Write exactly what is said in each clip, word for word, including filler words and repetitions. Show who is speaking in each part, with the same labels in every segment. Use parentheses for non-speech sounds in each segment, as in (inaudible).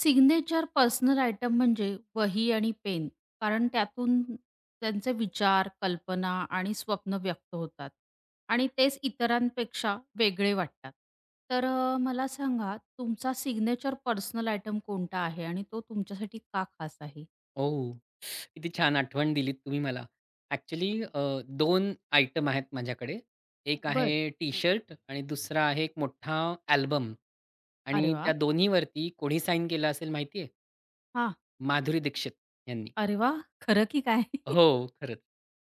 Speaker 1: Signature personal item म्हणजे वही आणि पेन, कारण त्यातून त्यांचे विचार, कल्पना आणि स्वप्न व्यक्त होतात आणि तेच इतरांपेक्षा वेगळे वाटतात. तर अ, मला सांगा तुमचा सिग्नेचर पर्सनल आयटम कोणता आहे आणि तो तुमच्यासाठी का खास आहे?
Speaker 2: ओह! किती छान आठवण दिलीत तुम्ही मला. ॲक्चुअली दोन 2 आयटम आहेत माझ्याकडे. एक आहे
Speaker 1: बरं.
Speaker 2: टी-शर्ट आणि दुसरा आहे एक मोठा अल्बम
Speaker 1: अरे
Speaker 2: आणि
Speaker 1: वाह!
Speaker 2: त्या दोन्हीवरती कोणी साइन केलं असेल माहिती आहे?
Speaker 1: हां.
Speaker 2: माधुरी दीक्षित यांनी.
Speaker 1: अरे वाह! खरं की काय? (laughs)
Speaker 2: हो, खरंच.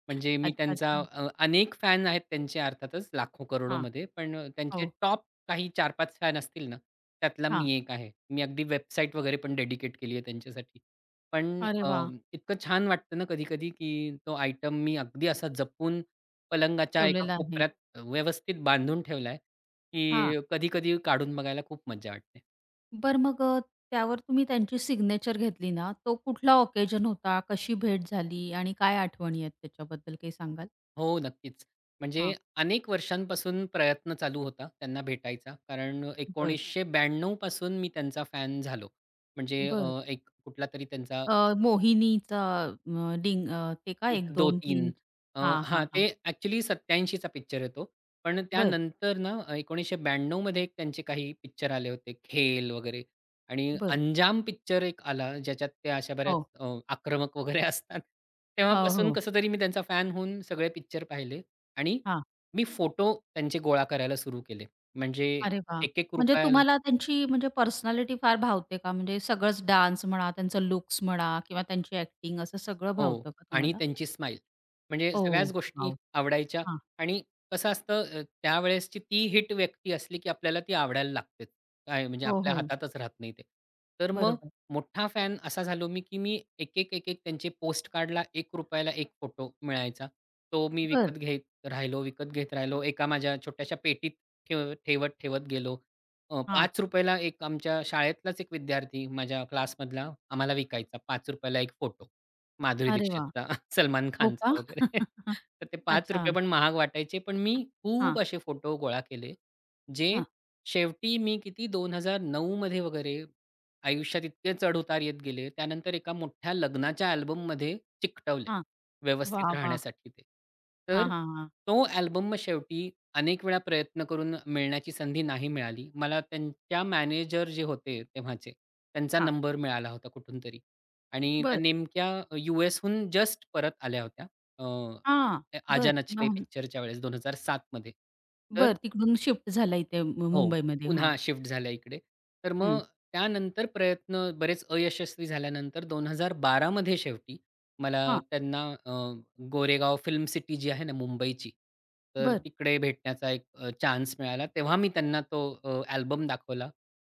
Speaker 2: म्हणजे मी
Speaker 1: अच्छा,
Speaker 2: त्यांचा
Speaker 1: अच्छा.
Speaker 2: अ, अनेक फॅन आहेत त्यांचे अर्थातच लाखो
Speaker 1: हां.
Speaker 2: करोडोमध्ये. पण अ, त्यांचे
Speaker 1: हो.
Speaker 2: टॉप काही चार पाच फॅन असतील ना, त्यातला
Speaker 1: हां.
Speaker 2: मी एक आहे. मी अगदी वेबसाईट वगैरे पण डेडिकेट केली आहे त्यांच्यासाठी. पण
Speaker 1: अरे
Speaker 2: अ,
Speaker 1: वाह!
Speaker 2: इतकं छान वाटतं ना कधी-कधी, की तो आयटम मी अगदी असा जपून पलंगाच्या एका
Speaker 1: ठेवलेलं आहे.
Speaker 2: कोपऱ्यात व्यवस्थित बांधून ठेवलाय,
Speaker 1: हां.
Speaker 2: की कधी-कधी काढून बघायला खूप मज्जा वाटते.
Speaker 1: बर मग अ, त्यावर तुम्ही त्यांची सिग्नेचर घेतली ना, तो कुठला ऑकेजन होता? कशी भेट झाली आणि काय आठवणी आहेत त्याच्याबद्दल काही सांगाल?
Speaker 2: हो, नक्कीच. म्हणजे
Speaker 1: हां.
Speaker 2: अनेक वर्षांपासून प्रयत्न चालू होता त्यांना भेटायचा. कारण
Speaker 1: बरं,
Speaker 2: एकोणीसशे ब्याण्णव पासून मी त्यांचा फॅन झालो. म्हणजे
Speaker 1: बरं.
Speaker 2: अ, एक कुठला तरी त्यांचा
Speaker 1: अ, मोहिनीचा अ, डिंग अ, ते का
Speaker 2: एक,
Speaker 1: एक,
Speaker 2: दोन,
Speaker 1: दोन,
Speaker 2: तीन
Speaker 1: तीन
Speaker 2: अ,
Speaker 1: हां,
Speaker 2: हां,
Speaker 1: हां,
Speaker 2: ते
Speaker 1: हां.
Speaker 2: ॲक्चुअली सत्त्याऐंशीचा पिक्चर आहे तो. पण
Speaker 1: बर,
Speaker 2: त्यानंतर ना, एकोणीसशे ब्याण्णव मध्ये एक त्यांचे काही पिक्चर आले होते, खेल वगैरे आणि
Speaker 1: बर,
Speaker 2: अंजाम पिक्चर एक आला, ज्याच्यात त्या अशा बऱ्याच
Speaker 1: हो.
Speaker 2: अ, आक्रमक वगैरे (laughs) असतात.
Speaker 1: हो,
Speaker 2: तेव्हापासून
Speaker 1: हो.
Speaker 2: कसं तरी मी त्यांचा फॅन होऊन सगळे पिक्चर पाहिले आणि
Speaker 1: हां.
Speaker 2: मी फोटो त्यांचे गोळा करायला सुरू केले. म्हणजे
Speaker 1: अरे वाह! म्हणजे
Speaker 2: ₹एक रुपया-₹एक रुपया
Speaker 1: तुम्हाला त्यांची म्हणजे पर्सनॅलिटी फार भावते का? म्हणजे सगळंच डान्स म्हणा, त्यांचं लुक्स म्हणा किंवा त्यांची ॲक्टिंग असं सगळं
Speaker 2: हो.
Speaker 1: भावतं का
Speaker 2: आणि
Speaker 1: तुम्हाला?
Speaker 2: त्यांची स्माईल. म्हणजे सगळ्याच
Speaker 1: ओह!
Speaker 2: गोष्टी
Speaker 1: वॉव!
Speaker 2: आवडायच्या
Speaker 1: हां.
Speaker 2: आणि कसं असतं अ, त्यावेळेसची ती हिट व्यक्ती असली, की आपल्याला ती आवडायला लागतेच. काय म्हणजे
Speaker 1: हो,
Speaker 2: आपल्या
Speaker 1: हो.
Speaker 2: हातातच राहत नाही ते. तर मग
Speaker 1: बरोबर.
Speaker 2: मोठा फॅन असा झालो मी, की मी एक-एक, एक-एक त्यांचे पोस्टकार्डला ₹एक रुपया ला एक फोटो मिळायचा. तो मी
Speaker 1: बरं.
Speaker 2: विकत घेत राहिलो, विकत घेत राहिलो. एका माझ्या छोट्याशा पेटीत ठेव ठेवत, ठेवत गेलो. अ,
Speaker 1: हां.
Speaker 2: ₹पाच रुपये ला एक आमच्या शाळेतलाच एक विद्यार्थी माझ्या क्लासमधला आम्हाला विकायचा ₹पाच रुपये ला एक फोटो. माधुरी
Speaker 1: अरे वाह!
Speaker 2: दीक्षितचा, (laughs) सलमान
Speaker 1: हो का?
Speaker 2: खानचा वगैरे. (laughs)
Speaker 1: (laughs)
Speaker 2: तर ते
Speaker 1: अच्छा.
Speaker 2: ₹पाच रुपये पण महाग वाटायचे. पण मी
Speaker 1: हां,
Speaker 2: खूप असे फोटो गोळा केले, जे
Speaker 1: हां,
Speaker 2: शेवटी मी किती दोन हजार नऊ मध्ये वगैरे आयुष्यात इतके चढ-उतार येत गेले. त्यानंतर एका मोठ्या लग्नाच्या अल्बममध्ये चिकटवले,
Speaker 1: हां. वाह!
Speaker 2: व्यवस्थित
Speaker 1: वाह!
Speaker 2: राहण्यासाठी ते.
Speaker 1: हां,
Speaker 2: तर
Speaker 1: हां, हां,
Speaker 2: तो अल्बम मग शेवटी अनेक वेळा प्रयत्न करून मिळण्याची संधी नाही मिळाली. मला त्यांच्या मॅनेजर जे होते तेव्हाचे, त्यांचा
Speaker 1: हां.
Speaker 2: नंबर मिळाला होता कुठूनतरी. आणि त्या
Speaker 1: बरं.
Speaker 2: नेमक्या यू-एसहून जस्ट परत आल्या होत्या.
Speaker 1: हां,
Speaker 2: अ, "आजा
Speaker 1: बरं.
Speaker 2: नचले"
Speaker 1: मग
Speaker 2: पिक्चरच्या वेळेस दोन हजार सात मध्ये. तर
Speaker 1: बरं तिकडून शिफ्ट झाला इथे मु
Speaker 2: हो,
Speaker 1: मुंबईमध्ये. हां,
Speaker 2: पुन्हा शिफ्ट झाल्या इकडे. तर
Speaker 1: हं.
Speaker 2: मग त्यानंतर प्रयत्न बरेच अयशस्वी झाल्यानंतर दोन हजार बारा मध्ये शेवटी मला
Speaker 1: हां,
Speaker 2: त्यांना अ, गोरेगाव फिल्म सिटी जी आहे ना मुंबईची, तर
Speaker 1: बरं.
Speaker 2: तिकडे भेटण्याचा एक चान्स मिळाला. तेव्हा मी त्यांना तो अल्बम दाखवला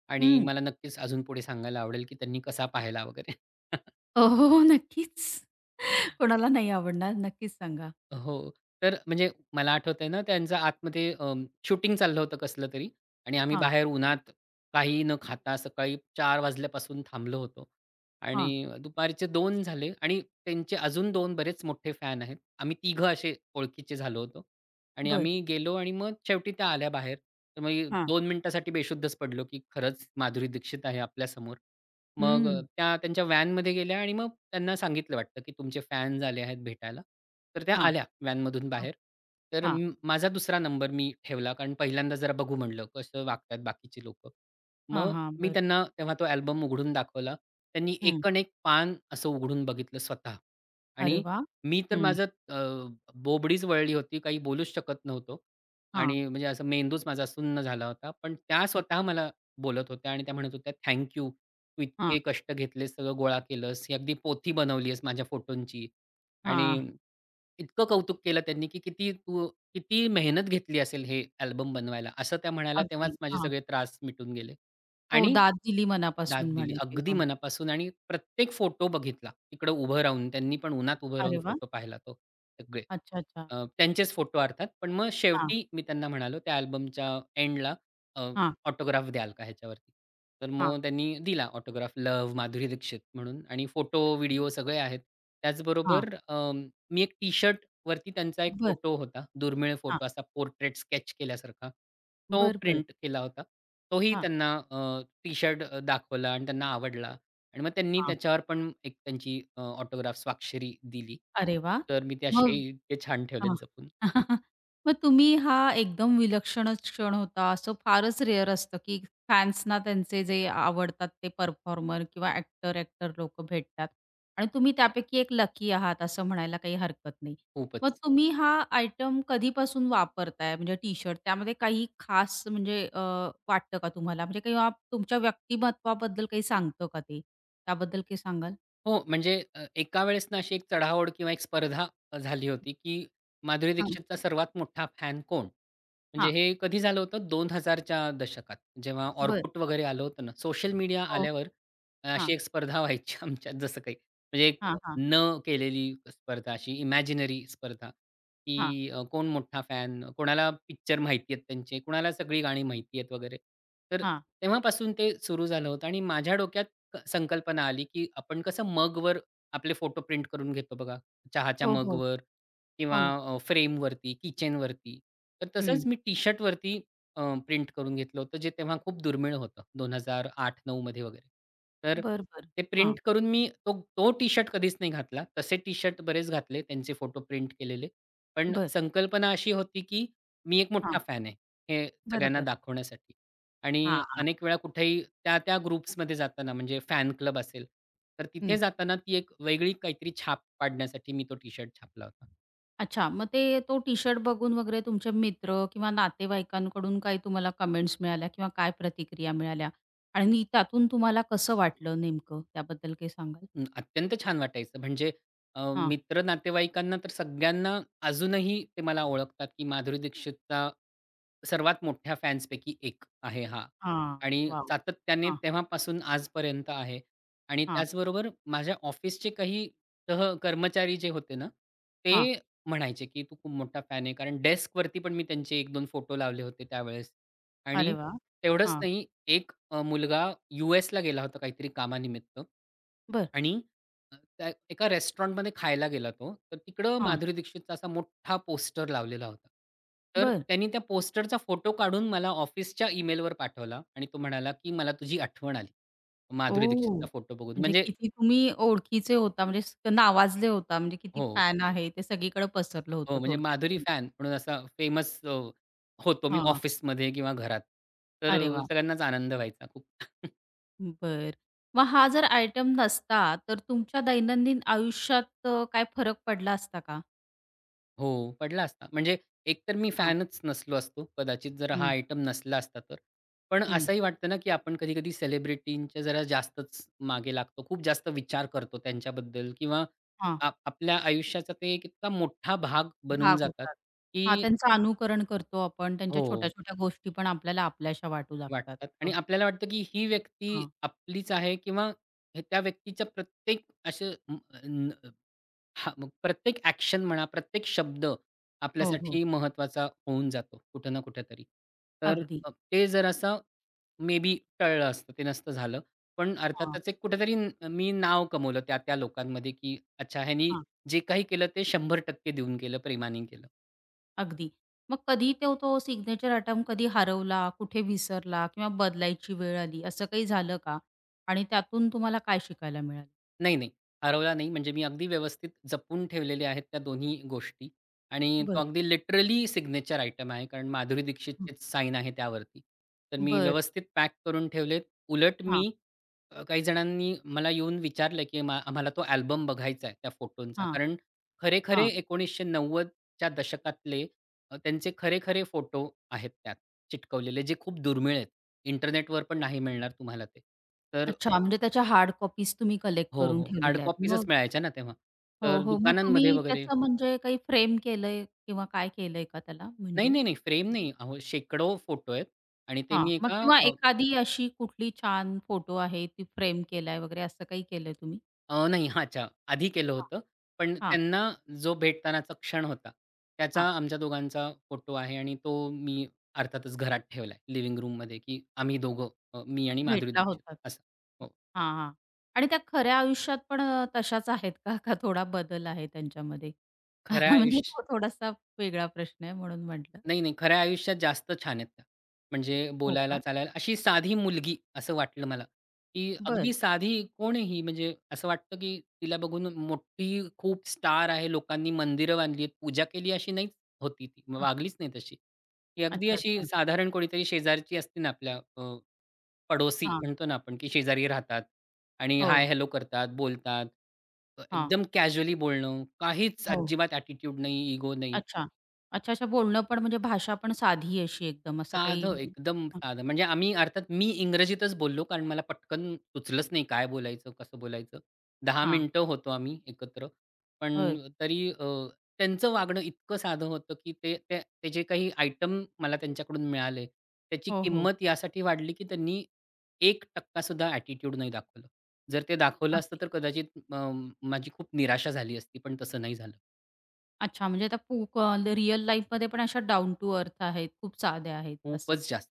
Speaker 2: आणि
Speaker 1: हं.
Speaker 2: मला नक्कीच अजून पुढे सांगायला आवडेल, की त्यांनी कसा पाहिला वगैरे.
Speaker 1: हो, हो, हो. नक्कीच. (laughs) कोणाला नाही आवडणार? नक्कीच सांगा.
Speaker 2: हो. तर म्हणजे मला आठवतंय ना, त्यांचं आतमध्ये शूटिंग चाललं होतं कसलं तरी आणि आम्ही
Speaker 1: हां,
Speaker 2: बाहेर उन्हात काहीही न खाता सकाळी चार वाजल्यापासून थांबलो होतो
Speaker 1: हां.
Speaker 2: आणि दुपारचे दोन झाले आणि त्यांचे अजून दोन बरेच मोठे फॅन आहेत. आम्ही तिघं असे ओळखीचे झालो होतो आणि
Speaker 1: बरं.
Speaker 2: आम्ही गेलो आणि मग शेवटी त्या आल्या बाहेर. तर मग
Speaker 1: हां.
Speaker 2: दोन मिनिटासाठी बेशुद्धच पडलो, की खरंच माधुरी दीक्षित आहे आपल्यासमोर. मग अ,
Speaker 1: हं.
Speaker 2: त्या त्यांच्या व्हॅनमध्ये गेल्या आणि मग त्यांना सांगितलं वाटतं, की तुमचे फॅन्स आले आहेत भेटायला. तर त्या
Speaker 1: हां,
Speaker 2: आल्या व्हॅनमधून
Speaker 1: हां,
Speaker 2: बाहेर. तर
Speaker 1: हां,
Speaker 2: म माझा दुसरा नंबर मी ठेवला कारण पहिल्यांदा जरा बघू म्हणलं कसं वागतात बाकीची लोकं.
Speaker 1: हां,
Speaker 2: मग
Speaker 1: हां.
Speaker 2: मी
Speaker 1: बरं.
Speaker 2: त्यांना तेव्हा तो अल्बम उघडून दाखवला. त्यांनी
Speaker 1: हं.
Speaker 2: एकण-एक पान असं उघडून बघितलं स्वतः
Speaker 1: अरे
Speaker 2: आणि
Speaker 1: वाह!
Speaker 2: मी तर
Speaker 1: हं.
Speaker 2: माझं अ, बोबडीच वळली होती. काही बोलूच शकत नव्हतो
Speaker 1: हां,
Speaker 2: आणि म्हणजे असा मेंदूच माझा सुन्न झाला होता. पण त्या स्वतः मला बोलत होत्या आणि त्या म्हणत होत्या, "थँक तू इतके
Speaker 1: हां,
Speaker 2: कष्ट घेतलेस, सगळं गोळा केलंस, ही अगदी पोथी बनवली माझ्या फोटोंची
Speaker 1: हां.
Speaker 2: आणि इतकं कौतुक केलं त्यांनी, की किती तू किती मेहनत घेतली असेल हे अल्बम बनवायला, असं त्या म्हणाल्या.
Speaker 1: अगदी.
Speaker 2: तेव्हाच माझे
Speaker 1: हां.
Speaker 2: सगळे त्रास मिटून गेले
Speaker 1: हो
Speaker 2: आणि
Speaker 1: दाद दिली
Speaker 2: दाद
Speaker 1: मनापासून
Speaker 2: दिली.
Speaker 1: म्हणायची.
Speaker 2: अगदी
Speaker 1: हो.
Speaker 2: मनापासून आणि प्रत्येक फोटो बघितला. तिकडं उभं राहून त्यांनी पण उन्हात उभं राहून
Speaker 1: अरे वाह!
Speaker 2: फोटो पाहिला तो सगळे.
Speaker 1: अच्छा, अच्छा.
Speaker 2: अ, त्यांचेच फोटो अर्थात. पण मग
Speaker 1: हां,
Speaker 2: शेवटी मी त्यांना म्हणालो त्या अल्बमच्या एंडला अ,
Speaker 1: हां,
Speaker 2: ऑटोग्राफ द्याल का ह्याच्यावरती? तर
Speaker 1: हां.
Speaker 2: मग त्यांनी दिला ऑटोग्राफ लव्ह, माधुरी दीक्षित म्हणून आणि फोटो,
Speaker 1: अच्छा.
Speaker 2: व्हिडिओ सगळे आहेत.
Speaker 1: हां.
Speaker 2: त्याचबरोबर अं, मी एक टी-शर्टवरती त्यांचा एक
Speaker 1: बरं.
Speaker 2: फोटो होता. दुर्मिळ
Speaker 1: हां.
Speaker 2: फोटो असा पोर्ट्रेट स्केच केल्यासारखा. तो
Speaker 1: बरं, बरं.
Speaker 2: प्रिंट केला होता. तोही
Speaker 1: हां,
Speaker 2: त्यांना टी-शर्ट अ, दाखवला आणि त्यांना आवडला आणि मग त्यांनी
Speaker 1: हां.
Speaker 2: त्याच्यावर पण एक त्यांची अ, ऑटोग्राफ स्वाक्षरी दिली.
Speaker 1: अरे वाह!
Speaker 2: तर मी ते
Speaker 1: मग
Speaker 2: असे ते छान ठेवलेत
Speaker 1: हां.
Speaker 2: जपून.
Speaker 1: (laughs) मग तुम्ही हा एकदम विलक्षणच क्षण होता, असं फारच रेअर असतं, की फॅन्सना त्यांचे जे आवडतात ते परफॉर्मर किंवा ॲक्टर, ॲक्टर लोकं भेटतात आणि तुम्ही त्यापैकी एक लकी आहात असं म्हणायला काही हरकत नाही. मग
Speaker 2: खूपच.
Speaker 1: तुम्ही हा आयटम कधीपासून वापरताय म्हणजे टी-शर्ट त्यामध्ये काही खास म्हणजे अ, वाटतं का तुम्हाला? म्हणजे किंवा तुमच्या व्यक्तिमत्त्वाबद्दल काही सांगतं का ते? त्याबद्दल काही सांगाल?
Speaker 2: हो, म्हणजे अ, एका वेळेस ना अशी एक चढाओढ किंवा एक स्पर्धा अ, झाली होती, की माधुरी
Speaker 1: हां.
Speaker 2: दीक्षितचा सर्वात मोठा फॅन कोण? म्हणजे
Speaker 1: हां.
Speaker 2: हे कधी झालं होतं दोन हजार च्या दशकात जेव्हा
Speaker 1: बरं.
Speaker 2: Orkut वगैरे आलं होतं ना, सोशल मीडिया
Speaker 1: हो,
Speaker 2: आल्यावर
Speaker 1: हो.
Speaker 2: अ,
Speaker 1: हां,
Speaker 2: अशी एक स्पर्धा व्हायची (laughs) आमच्यात जसं काही. म्हणजे एक
Speaker 1: हां, हां,
Speaker 2: न केलेली स्पर्धा अशी इमॅजिनरी स्पर्धा,
Speaker 1: हां,
Speaker 2: की अ, कोण मोठा फॅन, कोणाला पिक्चर माहिती आहेत त्यांचे, कोणाला सगळी गाणी माहिती आहेत वगैरे. तर
Speaker 1: हां.
Speaker 2: तेव्हापासून ते सुरू झालं होतं आणि माझ्या डोक्यात क संकल्पना आली, की आपण कसं मगवर आपले फोटो प्रिंट करून घेतो बघा, चहाच्या
Speaker 1: हो, हो.
Speaker 2: मगवर
Speaker 1: हो ना.
Speaker 2: किंवा फ्रेमवरती, किचनवरती. तर तसंच
Speaker 1: हं.
Speaker 2: मी टी-शर्टवरती प्रिंट करून घेतलं होतं, जे तेव्हा खूप दुर्मिळ होतं दोन हजार आठ-नऊ मध्ये वगैरे. तर
Speaker 1: बरं, बरं.
Speaker 2: ते
Speaker 1: हां.
Speaker 2: प्रिंट करून मी तो तो टी-शर्ट कधीच नाही घातला. तसे टी-शर्ट बरेच घातले, त्यांचे फोटो प्रिंट केलेले. पण
Speaker 1: बरं.
Speaker 2: संकल्पना अशी होती, की मी एक
Speaker 1: हां.
Speaker 2: मोठा फॅन आहे, हे सगळ्यांना
Speaker 1: बरोबर.
Speaker 2: दाखवण्यासाठी. आणि
Speaker 1: हां, हां.
Speaker 2: अनेक वेळा कुठेही त्या-त्या ग्रुप्समध्ये जाताना म्हणजे फॅन क्लब असेल, तर तिथे
Speaker 1: हं.
Speaker 2: जाताना ती एक वेगळी काहीतरी छाप पाडण्यासाठी मी तो टी-शर्ट छापला होता.
Speaker 1: अच्छा मग ते तो टी-शर्ट बघून वगैरे तुमचे मित्र किंवा नातेवाईकांकडून काही तुम्हाला कमेंट्स मिळाल्या किंवा काय प्रतिक्रिया मिळाल्या? आणि त्यातून तुम्हाला कसं वाटलं नेमकं? त्याबद्दल काही सांगाल?
Speaker 2: अं, अत्यंत छान वाटायचं. म्हणजे अ,
Speaker 1: हां.
Speaker 2: मित्र नातेवाईकांना तर सगळ्यांना अजूनही ते मला ओळखतात, की माधुरी दीक्षितचा सर्वात मोठ्या फॅन्सपैकी एक आहे हा.
Speaker 1: हां.
Speaker 2: आणि
Speaker 1: वॉव!
Speaker 2: सातत्याने
Speaker 1: हां,
Speaker 2: तेव्हापासून आजपर्यंत आहे. आणि
Speaker 1: हां,
Speaker 2: त्याचबरोबर माझ्या ऑफिसचे काही सह कर्मचारी जे होते ना, ते
Speaker 1: हां.
Speaker 2: म्हणायचे, की "तू खूप मोठा फॅन आहे." कारण डेस्कवरती पण मी त्यांचे एक दोन फोटो लावले होते त्यावेळेस. आणि
Speaker 1: अरे वाह!
Speaker 2: तेवढंच
Speaker 1: हां.
Speaker 2: नाही, एक अ, मुलगा यू-एसला गेला होता काहीतरी कामानिमित्त
Speaker 1: बरं.
Speaker 2: आणि अ, त्या एका रेस्टॉरंटमध्ये खायला गेला तो. तर तिकडं
Speaker 1: हां.
Speaker 2: माधुरी दीक्षितचा असा मोठा पोस्टर लावलेला होता. तर
Speaker 1: बरं.
Speaker 2: त्यांनी त्या पोस्टरचा फोटो काढून मला ऑफिसच्या ईमेलवर पाठवला आणि तो म्हणाला, की "मला तुझी आठवण आली, माधुरी
Speaker 1: ओह!
Speaker 2: दीक्षितचा फोटो बघून."
Speaker 1: म्हणजे
Speaker 2: म्हणजे
Speaker 1: किती तुम्ही ओळखीचे होता म्हणजे नावाजले होता म्हणजे किती
Speaker 2: हो,
Speaker 1: फॅन आहे ते सगळीकडे पसरलं
Speaker 2: हो.
Speaker 1: होतं
Speaker 2: म्हणजे माधुरी
Speaker 1: थोडक्यात.
Speaker 2: फॅन म्हणून असा फेमस होतो मी
Speaker 1: हां.
Speaker 2: ऑफिसमध्ये किंवा घरात. तर
Speaker 1: अरे
Speaker 2: अ,
Speaker 1: वाह!
Speaker 2: सगळ्यांनाच आनंद व्हायचा खूप.
Speaker 1: बर, मग हा जर आयटम नसता, तर तुमच्या दैनंदिन आयुष्यात अ, काय फरक पडला असता का?
Speaker 2: हो, पडला असता. म्हणजे एकतर मी
Speaker 1: हां.
Speaker 2: फॅनच नसलो असतो कदाचित जर हा
Speaker 1: हं,
Speaker 2: आयटम नसला असता तर. पण
Speaker 1: हं.
Speaker 2: असंही वाटतं ना, की आपण कधी-कधी सेलिब्रिटींच्या जरा जास्तच मागे लागतो. खूप जास्त विचार करतो त्यांच्याबद्दल किंवा
Speaker 1: हां.
Speaker 2: आप आपल्या आयुष्याचा ते एक इतका मोठा भाग बनून
Speaker 1: भाग
Speaker 2: जातात,
Speaker 1: होतात. हां,
Speaker 2: की
Speaker 1: त्यांचं अनुकरण करतो आपण. त्यांच्या
Speaker 2: हो,
Speaker 1: छोट्या-छोट्या गोष्टी पण आपल्याला आपल्याशा वाटू लागतात.
Speaker 2: वाटतात आणि
Speaker 1: हो.
Speaker 2: आपल्याला वाटतं, की ही व्यक्ती
Speaker 1: हां.
Speaker 2: आपलीच आहे किंवा हे त्या व्यक्तीच्या प्रत्येक असे हां, मग प्रत्येक ॲक्शन म्हणा, प्रत्येक शब्द
Speaker 1: हो, हो.
Speaker 2: आपल्यासाठी महत्वाचा होऊन जातो कुठं ना कुठेतरी. तर
Speaker 1: अगदी.
Speaker 2: अ, ते जरासं मे बी टळलं असतं, ते नसतं झालं. पण
Speaker 1: हां,
Speaker 2: अर्थातच एक कुठेतरी न मी नाव कमवलं त्या-त्या लोकांमध्ये, की अच्छा ह्यानी
Speaker 1: हां.
Speaker 2: जे काही केलं ते शंभर टक्के देऊन केलं, प्रेमाने केलं.
Speaker 1: अगदी. मग कधी तो तो सिग्नेचर आयटम कधी हरवला, कुठे विसरला किंवा बदलायची वेळ आली, असं काही झालं का? आणि त्यातून तुम्हाला काय शिकायला मिळालं?
Speaker 2: नाही, नाही. हरवला नाही. म्हणजे मी अगदी व्यवस्थित जपून ठेवलेल्या आहेत त्या दोन्ही गोष्टी आणि तो
Speaker 1: बरं.
Speaker 2: अगदी लिटरली सिग्नेचर आयटम आहे. कारण माधुरी
Speaker 1: हं.
Speaker 2: दीक्षितचीच साईन आहे त्यावरती. तर मी
Speaker 1: बरं.
Speaker 2: व्यवस्थित पॅक करून ठेवलेत. उलट
Speaker 1: हां,
Speaker 2: मी अ, काही जणांनी मला येऊन विचारलं, की "आम्हा आम्हाला तो अल्बम बघायचा आहे त्या फोटोंचा."
Speaker 1: हां,
Speaker 2: कारण खरे-खरे
Speaker 1: हां.
Speaker 2: एकोणीसशे नव्वद च्या दशकातले अ, त्यांचे खरे-खरे फोटो आहेत त्यात चिटकवलेले, जे खूप दुर्मिळ आहेत. इंटरनेटवर पण नाही मिळणार तुम्हाला ते. तर
Speaker 1: अच्छा, म्हणजे त्याच्या हार्ड कॉपीज तुम्ही कलेक्ट
Speaker 2: हो,
Speaker 1: करून
Speaker 2: हो. हार्ड
Speaker 1: ठेवलेल्या आहेत.
Speaker 2: कॉपीजच
Speaker 1: मग
Speaker 2: मिळायच्या ना तेव्हा.
Speaker 1: हो,
Speaker 2: तर
Speaker 1: हो. मग
Speaker 2: दुकानांमध्ये
Speaker 1: तुम्ही
Speaker 2: वगैरे
Speaker 1: त्याचं म्हणजे काही फ्रेम केलंय किंवा काय केलंय का त्याला
Speaker 2: नाही,
Speaker 1: म्हणजे?
Speaker 2: नाही, नाही. फ्रेम
Speaker 1: तसं.
Speaker 2: नाही. अहो, शेकडो फोटो आहेत आणि ते
Speaker 1: हां,
Speaker 2: मी
Speaker 1: मग
Speaker 2: एका
Speaker 1: किंवा
Speaker 2: अ,
Speaker 1: एखादी अशी कुठली छान फोटो आहे ती फ्रेम केलाय वगैरे असं काही केलंय तुम्ही?
Speaker 2: अ, नाही हा, अच्छा, आधी केलं
Speaker 1: हां,
Speaker 2: होतं. पण
Speaker 1: हां,
Speaker 2: त्यांना जो भेटतानाचा क्षण होता, त्याचा
Speaker 1: हां.
Speaker 2: आमच्या दोघांचा फोटो आहे आणि तो मी अर्थातच घरात ठेवलाय लिव्हिंग रूममध्ये, की आम्ही दोघं अ, मी आणि माधुरी
Speaker 1: भेटला
Speaker 2: दीक्षित
Speaker 1: होतात.
Speaker 2: असं. हो.
Speaker 1: हां, हां. आणि त्या खऱ्या आयुष्यात पण अ, तशाच आहेत का? का थोडा बदल आहे त्यांच्यामध्ये?
Speaker 2: खऱ्या
Speaker 1: (laughs) म्हणजे
Speaker 2: आयुष्य
Speaker 1: तो थोडासा वेगळा प्रश्न आहे म्हणून म्हटलं.
Speaker 2: नाही, नाही. खऱ्या आयुष्यात जास्त छान आहेत त्या. म्हणजे
Speaker 1: हो
Speaker 2: बोलायला,
Speaker 1: का?
Speaker 2: चालायला अशी साधी मुलगी असं वाटलं मला, की
Speaker 1: बरं.
Speaker 2: अगदी साधी कोणीही म्हणजे असं वाटतं, की तिला बघून मोठी खूप स्टार आहे, लोकांनी मंदिरं बांधली आहेत, पूजा केली अशी नाहीच होती ती, म
Speaker 1: हां.
Speaker 2: वागलीच नाही तशी. ती अगदी
Speaker 1: अच्छा,
Speaker 2: अशी
Speaker 1: अच्छा.
Speaker 2: साधारण कोणीतरी शेजारची असते ना आपल्या अ, पडोसी
Speaker 1: हां.
Speaker 2: म्हणतो ना आपण, की शेजारी राहतात आणि हाय,
Speaker 1: हो.
Speaker 2: हॅलो करतात, बोलतात. अ, एकदम कॅज्युअली बोलणं, काहीच
Speaker 1: हो.
Speaker 2: अजिबात ॲटिट्यूड नाही, इगो नाही.
Speaker 1: अच्छा. अच्छा, अच्छा. बोलणं पण म्हणजे भाषा पण साधी अशी एकदम असं काही
Speaker 2: साधं,
Speaker 1: हं.
Speaker 2: एकदम
Speaker 1: हां,
Speaker 2: साधं. म्हणजे आम्ही अर्थात मी इंग्रजीतच बोललो, कारण मला पटकन सुचलंच नाही काय बोलायचं, कसं बोलायचं. दहा
Speaker 1: हां.
Speaker 2: मिनिटं होतो आम्ही एकत्र. पण
Speaker 1: बरं.
Speaker 2: तरी अ, त्यांचं वागणं इतकं साधं होतं, की ते ते ते जे काही आयटम मला त्यांच्याकडून मिळाले, त्याची
Speaker 1: हो, हो.
Speaker 2: किंमत यासाठी वाढली, की त्यांनी एक टक्का सुद्धा ॲटिट्यूड नाही दाखवलं. जर ते दाखवलं असतं,
Speaker 1: अगदी.
Speaker 2: तर कदाचित अ, माझी खूप निराशा झाली असती, पण तसं नाही झालं.
Speaker 1: अच्छा म्हणजे त्या पू क रिअल लाईफमध्ये पण अशा डाउन टू अर्थ आहेत, खूप साध्या आहेत असं.
Speaker 2: खूपच जास्त.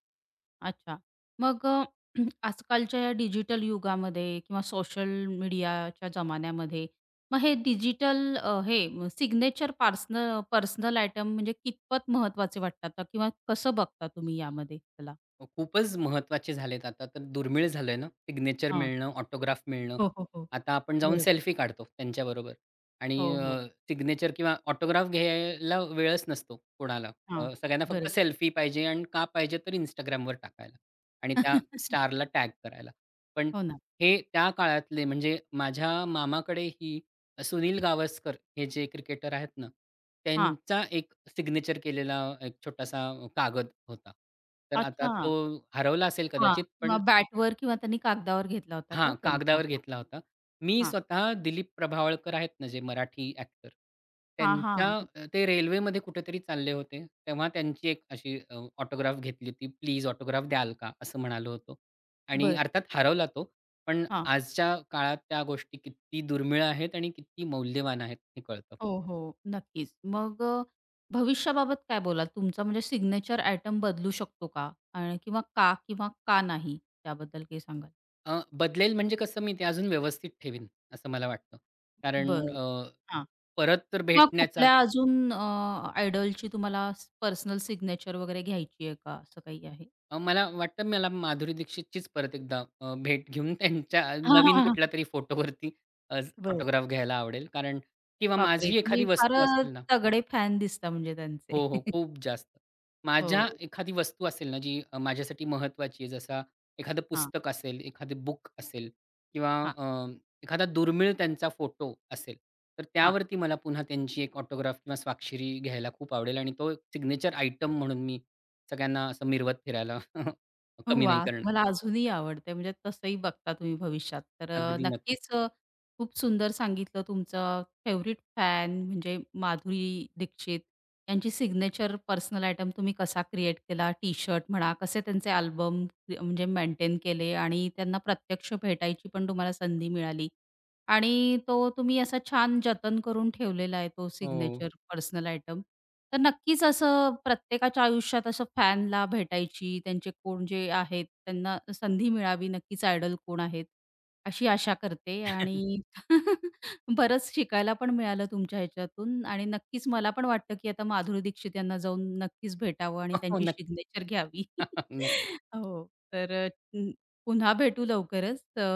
Speaker 1: अच्छा. मग अ, (clears throat) आजकालच्या या डिजिटल युगामध्ये किंवा सोशल मीडियाच्या जमान्यामध्ये मग हे डिजिटल हे सिग्नेचर पार्सनल पर्सनल आयटम म्हणजे कितपत महत्वाचे वाटतात किंवा कसं बघता तुम्ही यामध्ये त्याला?
Speaker 2: खूपच महत्त्वाचे झालेत आता तर दुर्मिळ झालंय ना, सिग्नेचर
Speaker 1: हां.
Speaker 2: मिळणं, ऑटोग्राफ मिळणं.
Speaker 1: हो, हो, हो.
Speaker 2: आता आपण जाऊन
Speaker 1: बरोबर.
Speaker 2: सेल्फी काढतो त्यांच्याबरोबर आणि
Speaker 1: हो, हो.
Speaker 2: सिग्नेचर किंवा ऑटोग्राफ घ्यायला वेळच नसतो कोणाला.
Speaker 1: हां,
Speaker 2: अ, सगळ्यांना फक्त
Speaker 1: बरोबर.
Speaker 2: सेल्फी पाहिजे आणि का पाहिजे तर Instagramवर टाकायला आणि त्या
Speaker 1: (laughs)
Speaker 2: स्टारला टॅग करायला. पण
Speaker 1: हो ना.
Speaker 2: हे त्या काळातले म्हणजे माझ्या मामाकडे ही सुनील गावस्कर हे जे क्रिकेटर आहेत ना,
Speaker 1: हां,
Speaker 2: त्यांचा एक सिग्नेचर केलेला एक छोटासा कागद होता. तर आता
Speaker 1: अच्छा.
Speaker 2: तो हरवला असेल
Speaker 1: हां,
Speaker 2: कदाचित, पण
Speaker 1: किंवा बॅटवर किंवा त्यांनी कागदावर घेतला होता
Speaker 2: हां,
Speaker 1: का त्यांचा?
Speaker 2: कागदावर घेतला होता. मी
Speaker 1: हां,
Speaker 2: स्वतः दिलीप प्रभावळकर आहेत ना, जे मराठी ॲक्टर,
Speaker 1: हां,
Speaker 2: त्यांचा
Speaker 1: हां, हां.
Speaker 2: अ, ते रेल्वेमध्ये कुठेतरी चालले होते. तेव्हा त्यांची एक अशी अ, ऑटोग्राफ घेतली होती. "प्लीज ऑटोग्राफ द्याल का?" असं म्हणालो होतो. आणि
Speaker 1: बरं.
Speaker 2: अर्थात हरवला तो. पण
Speaker 1: हां.
Speaker 2: आजच्या काळात त्या गोष्टी किती दुर्मिळ आहेत आणि किती मौल्यवान आहेत हे कळतं.
Speaker 1: हो, हो. नक्कीच. मग अ, भविष्याबाबत काय बोलाल? तुमचा म्हणजे सिग्नेचर आयटम बदलू शकतो का? आणि किंवा का किंवा का नाही? त्याबद्दल काही सांगाल?
Speaker 2: अ, बदलेल म्हणजे कसं मी ते अजून व्यवस्थित ठेवीन, असं मला वाटतं. कारण
Speaker 1: बरं.
Speaker 2: अ,
Speaker 1: हां.
Speaker 2: परत तर
Speaker 1: किंवा
Speaker 2: भेटण्याचा
Speaker 1: कुठल्या अजून अ, आयडॉलची तुम्हाला पर्सनल सिग्नेचर वगैरे घ्यायची आहे का? असं काही आहे?
Speaker 2: अ, मला वाटतं मला माधुरी दीक्षितचीच परत एकदा अ, भेट घेऊन (laughs) त्यांच्या नवीन
Speaker 1: (laughs) हां,
Speaker 2: कुठल्या तरी फोटोवरती अ, फोटोग्राफ घ्यायला आवडेल. कारण किंवा
Speaker 1: बापरे!
Speaker 2: माझी एखादी
Speaker 1: तुम्ही
Speaker 2: वस्तू असेल
Speaker 1: फारच
Speaker 2: ना
Speaker 1: तगडे फॅन दिसता म्हणजे त्यांचे.
Speaker 2: हो, हो.
Speaker 1: (laughs)
Speaker 2: खूप जास्त. माझ्या
Speaker 1: हो.
Speaker 2: एखादी वस्तू असेल ना, जी अ, माझ्यासाठी महत्त्वाची आहे, जसा एखादं
Speaker 1: हां,
Speaker 2: पुस्तक असेल, एखादं बुक असेल किंवा
Speaker 1: हां,
Speaker 2: अ, एखादा दुर्मिळ त्यांचा फोटो असेल, तर
Speaker 1: हां.
Speaker 2: त्यावरती मला पुन्हा त्यांची एक ऑटोग्राफ किंवा स्वाक्षरी घ्यायला खूप आवडेल आणि तो एक सिग्नेचर आयटम म्हणून मी सगळ्यांना असं मिरवत फिरायला (laughs) कमी नाही
Speaker 1: वाह!
Speaker 2: करणार.
Speaker 1: तुम्हाला अजूनही आवडते म्हणजे तसंही बघता तुम्ही भविष्यात. तर अ,
Speaker 2: अगदी नक्कीच.
Speaker 1: नक्कीच अ, खूप सुंदर सांगितलं तुमचं फेव्हरेट फॅन म्हणजे माधुरी दीक्षित यांची सिग्नेचर पर्सनल आयटम तुम्ही कसा क्रिएट केला, टी-शर्ट म्हणा, कसे त्यांचे अल्बम म्हणजे मेंटेन केले आणि त्यांना प्रत्यक्ष भेटायची पण तुम्हाला संधी मिळाली आणि तो तुम्ही असा छान जतन करून ठेवलेला आहे तो
Speaker 2: हो.
Speaker 1: Signature personal item. तर नक्कीच असं प्रत्येकाच्या आयुष्यात असं फॅनला भेटायची, त्यांचे कोण जे आहेत त्यांना संधी मिळावी, नक्कीच आयडॉल कोण आहेत, अशी आशा करते आणि (laughs) बरंच शिकायला पण मिळालं तुमच्या ह्याच्यातून आणि नक्कीच मला पण वाटतं, की आता माधुरी दीक्षित यांना जाऊन नक्कीच भेटावं आणि
Speaker 2: (laughs) हो,
Speaker 1: त्यांची
Speaker 2: नक्की.
Speaker 1: सिग्नेचर घ्यावी.
Speaker 2: (laughs) नक्की.
Speaker 1: (laughs) हो, तर अ, पुन्हा भेटू लवकरच. अ,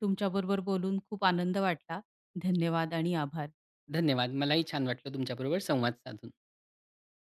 Speaker 1: तुमच्याबरोबर बोलून खूप आनंद वाटला. धन्यवाद आणि आभार.
Speaker 2: धन्यवाद. मलाही छान वाटलं तुमच्याबरोबर संवाद साधून.